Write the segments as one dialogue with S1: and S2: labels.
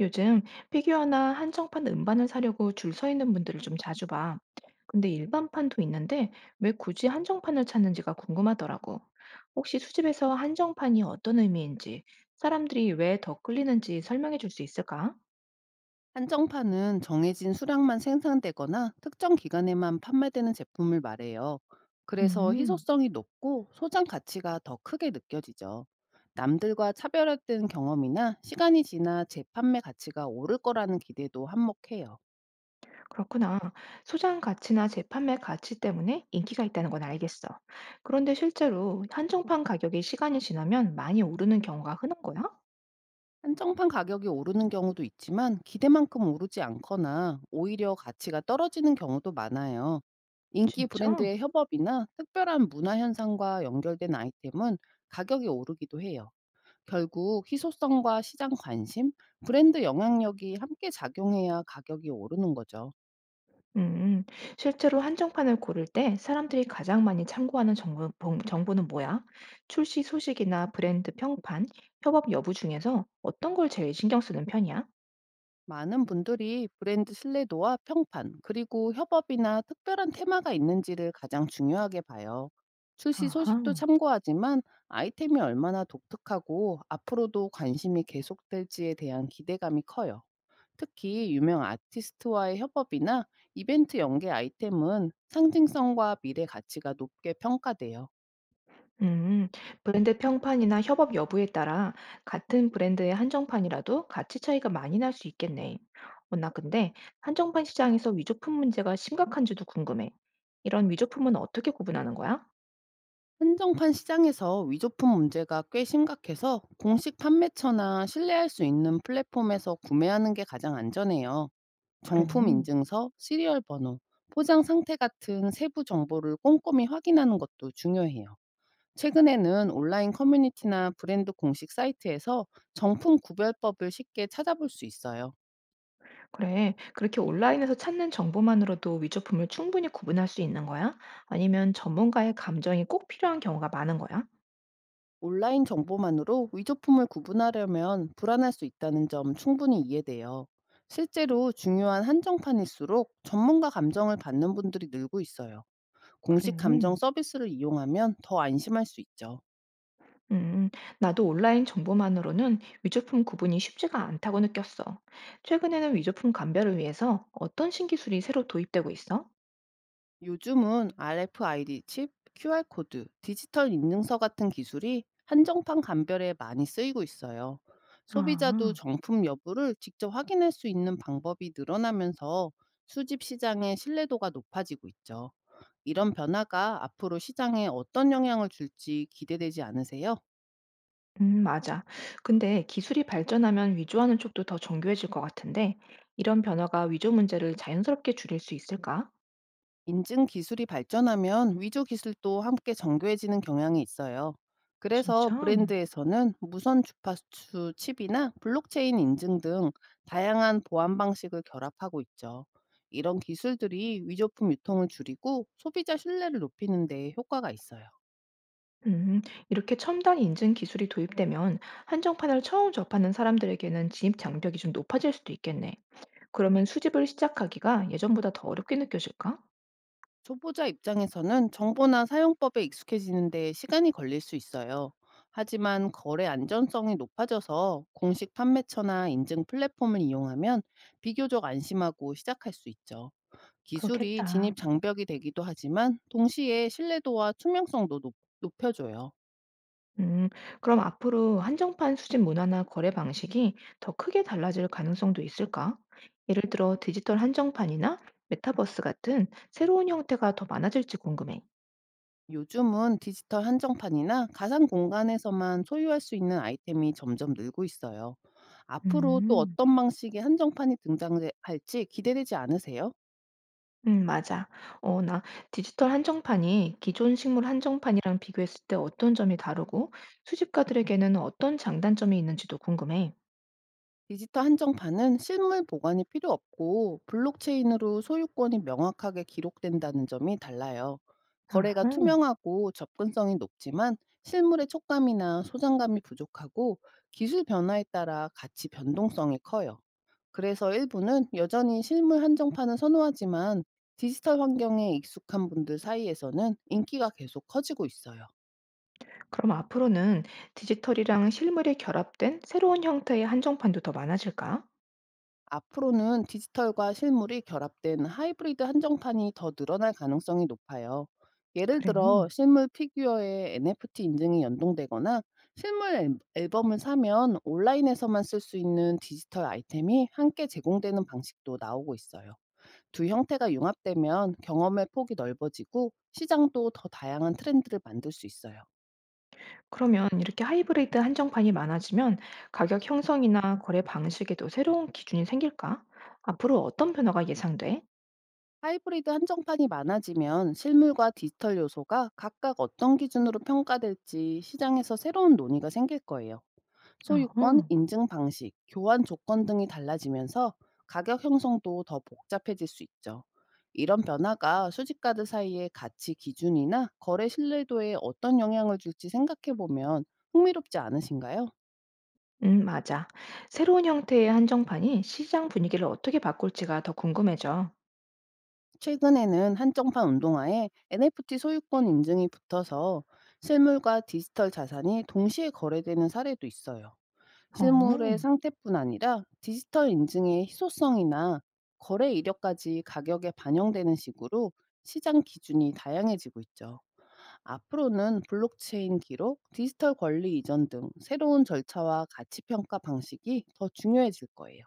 S1: 요즘 피규어나 한정판 음반을 사려고 줄 서 있는 분들을 좀 자주 봐. 근데 일반판도 있는데 왜 굳이 한정판을 찾는지가 궁금하더라고. 혹시 수집에서 한정판이 어떤 의미인지, 사람들이 왜 더 끌리는지 설명해 줄 수 있을까?
S2: 한정판은 정해진 수량만 생산되거나 특정 기간에만 판매되는 제품을 말해요. 그래서
S1: 음,
S2: 희소성이 높고 소장 가치가 더 크게 느껴지죠. 남들과 차별화된 경험이나 시간이 지나 재판매 가치가 오를 거라는 기대도 한몫해요.
S1: 그렇구나. 소장 가치나 재판매 가치 때문에 인기가 있다는 건 알겠어. 그런데 실제로 한정판 가격이 시간이 지나면 많이 오르는 경우가 흔한 거야?
S2: 한정판 가격이 오르는 경우도 있지만 기대만큼 오르지 않거나 오히려 가치가 떨어지는 경우도 많아요. 인기
S1: 진짜?
S2: 브랜드의 협업이나 특별한 문화 현상과 연결된 아이템은 가격이 오르기도 해요. 결국 희소성과 시장 관심, 브랜드 영향력이 함께 작용해야 가격이 오르는 거죠.
S1: 음, 실제로 한정판을 고를 때 사람들이 가장 많이 참고하는 정보, 정보는 뭐야? 출시 소식이나 브랜드 평판, 협업 여부 중에서 어떤 걸 제일 신경 쓰는 편이야?
S2: 많은 분들이 브랜드 신뢰도와 평판, 그리고 협업이나 특별한 테마가 있는지를 가장 중요하게 봐요. 출시
S1: 아하.
S2: 소식도 참고하지만 아이템이 얼마나 독특하고 앞으로도 관심이 계속될지에 대한 기대감이 커요. 특히 유명 아티스트와의 협업이나 이벤트 연계 아이템은 상징성과 미래 가치가 높게 평가돼요.
S1: 음, 브랜드 평판이나 협업 여부에 따라 같은 브랜드의 한정판이라도 가치 차이가 많이 날 수 있겠네. 어, 나 근데 한정판 시장에서 위조품 문제가 심각한지도 궁금해. 이런 위조품은 어떻게 구분하는 거야?
S2: 한정판 시장에서 위조품 문제가 꽤 심각해서 공식 판매처나 신뢰할 수 있는 플랫폼에서 구매하는 게 가장 안전해요.
S1: 그래.
S2: 정품 인증서, 시리얼 번호, 포장 상태 같은 세부 정보를 꼼꼼히 확인하는 것도 중요해요. 최근에는 온라인 커뮤니티나 브랜드 공식 사이트에서 정품 구별법을 쉽게 찾아볼 수 있어요.
S1: 그래, 그렇게 온라인에서 찾는 정보만으로도 위조품을 충분히 구분할 수 있는 거야? 아니면 전문가의 감정이 꼭 필요한 경우가 많은 거야?
S2: 온라인 정보만으로 위조품을 구분하려면 불안할 수 있다는 점 충분히 이해돼요. 실제로 중요한 한정판일수록 전문가 감정을 받는 분들이 늘고 있어요.
S1: 그래.
S2: 공식 감정 서비스를 이용하면 더 안심할 수 있죠.
S1: 음, 나도 온라인 정보만으로는 위조품 구분이 쉽지가 않다고 느꼈어. 최근에는 위조품 감별을 위해서 어떤 신기술이 새로 도입되고 있어?
S2: 요즘은 RFID 칩, QR코드, 디지털 인증서 같은 기술이 한정판 감별에 많이 쓰이고 있어요. 소비자도
S1: 아,
S2: 정품 여부를 직접 확인할 수 있는 방법이 늘어나면서 수집 시장의 신뢰도가 높아지고 있죠. 이런 변화가 앞으로 시장에 어떤 영향을 줄지 기대되지 않으세요?
S1: 맞아. 근데 기술이 발전하면 위조하는 쪽도 더 정교해질 것 같은데, 이런 변화가 위조 문제를 자연스럽게 줄일 수 있을까?
S2: 인증 기술이 발전하면 위조 기술도 함께 정교해지는 경향이 있어요. 그래서
S1: 진짜?
S2: 브랜드에서는 무선 주파수 칩이나 블록체인 인증 등 다양한 보안 방식을 결합하고 있죠. 이런 기술들이 위조품 유통을 줄이고 소비자 신뢰를 높이는 데 효과가 있어요.
S1: 음, 이렇게 첨단 인증 기술이 도입되면 한정판을 처음 접하는 사람들에게는 진입 장벽이 좀 높아질 수도 있겠네. 그러면 수집을 시작하기가 예전보다 더 어렵게 느껴질까?
S2: 초보자 입장에서는 정보나 사용법에 익숙해지는 데 시간이 걸릴 수 있어요. 하지만 거래 안전성이 높아져서 공식 판매처나 인증 플랫폼을 이용하면 비교적 안심하고 시작할 수 있죠. 기술이 진입
S1: 그렇겠다.
S2: 장벽이 되기도 하지만 동시에 신뢰도와 투명성도 높여줘요.
S1: 음, 그럼 앞으로 한정판 수집 문화나 거래 방식이 더 크게 달라질 가능성도 있을까? 예를 들어 디지털 한정판이나 메타버스 같은 새로운 형태가 더 많아질지 궁금해.
S2: 요즘은 디지털 한정판이나 가상 공간에서만 소유할 수 있는 아이템이 점점 늘고 있어요. 앞으로 또
S1: 음.
S2: 어떤 방식의 한정판이 등장할지 기대되지 않으세요?
S1: 음, 맞아. 어, 나 디지털 한정판이 기존 식물 한정판이랑 비교했을 때 어떤 점이 다르고 수집가들에게는 어떤 장단점이 있는지도 궁금해.
S2: 디지털 한정판은 실물 보관이 필요 없고 블록체인으로 소유권이 명확하게 기록된다는 점이 달라요. 거래가
S1: 아하.
S2: 투명하고 접근성이 높지만 실물의 촉감이나 소장감이 부족하고 기술 변화에 따라 가치 변동성이 커요. 그래서 일부는 여전히 실물 한정판을 선호하지만 디지털 환경에 익숙한 분들 사이에서는 인기가 계속 커지고 있어요.
S1: 그럼 앞으로는 디지털이랑 실물이 결합된 새로운 형태의 한정판도 더 많아질까?
S2: 앞으로는 디지털과 실물이 결합된 하이브리드 한정판이 더 늘어날 가능성이 높아요. 예를
S1: 그래.
S2: 들어 실물 피규어에 NFT 인증이 연동되거나 앨범을 사면 온라인에서만 쓸 수 있는 디지털 아이템이 함께 제공되는 방식도 나오고 있어요. 두 형태가 융합되면 경험의 폭이 넓어지고 시장도 더 다양한 트렌드를 만들 수 있어요.
S1: 그러면 이렇게 하이브리드 한정판이 많아지면 가격 형성이나 거래 방식에도 새로운 기준이 생길까? 앞으로 어떤 변화가 예상돼?
S2: 하이브리드 한정판이 많아지면 실물과 디지털 요소가 각각 어떤 기준으로 평가될지 시장에서 새로운 논의가 생길 거예요. 소유권,
S1: 아,
S2: 인증 방식, 교환 조건 등이 달라지면서 가격 형성도 더 복잡해질 수 있죠. 이런 변화가 수집가들 사이의 가치 기준이나 거래 신뢰도에 어떤 영향을 줄지 생각해 보면 흥미롭지 않으신가요?
S1: 맞아. 새로운 형태의 한정판이 시장 분위기를 어떻게 바꿀지가 더 궁금해져.
S2: 최근에는 한정판 운동화에 NFT 소유권 인증이 붙어서 실물과 디지털 자산이 동시에 거래되는 사례도 있어요.
S1: 어,
S2: 실물의 상태뿐 아니라 디지털 인증의 희소성이나 거래 이력까지 가격에 반영되는 식으로 시장 기준이 다양해지고 있죠. 앞으로는 블록체인 기록, 디지털 권리 이전 등 새로운 절차와 가치 평가 방식이 더 중요해질 거예요.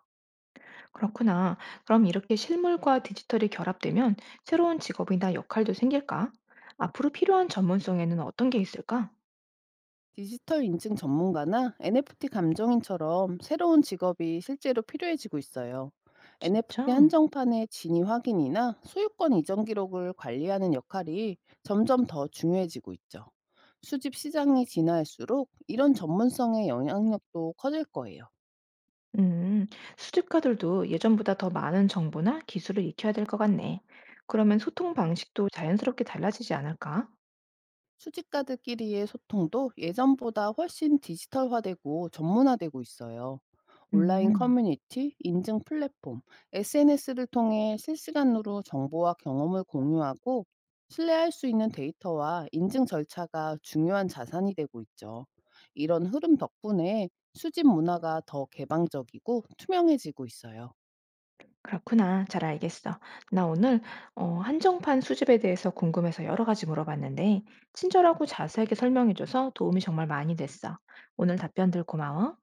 S1: 그렇구나. 그럼 이렇게 실물과 디지털이 결합되면 새로운 직업이나 역할도 생길까? 앞으로 필요한 전문성에는 어떤 게 있을까?
S2: 디지털 인증 전문가나 NFT 감정인처럼 새로운 직업이 실제로 필요해지고 있어요. NFT
S1: 진짜?
S2: 한정판의 진위 확인이나 소유권 이전 기록을 관리하는 역할이 점점 더 중요해지고 있죠. 수집 시장이 진화할수록 이런 전문성의 영향력도 커질 거예요.
S1: 음, 수집가들도 예전보다 더 많은 정보나 기술을 익혀야 될 것 같네. 그러면 소통 방식도 자연스럽게 달라지지 않을까?
S2: 수집가들끼리의 소통도 예전보다 훨씬 디지털화되고 전문화되고 있어요. 온라인
S1: 음.
S2: 커뮤니티, 인증 플랫폼, SNS를 통해 실시간으로 정보와 경험을 공유하고 신뢰할 수 있는 데이터와 인증 절차가 중요한 자산이 되고 있죠. 이런 흐름 덕분에 수집 문화가 더 개방적이고 투명해지고 있어요.
S1: 그렇구나. 잘 알겠어. 나 오늘 어, 한정판 수집에 대해서 궁금해서 여러 가지 물어봤는데, 친절하고 자세하게 설명해줘서 도움이 정말 많이 됐어. 오늘 답변들 고마워.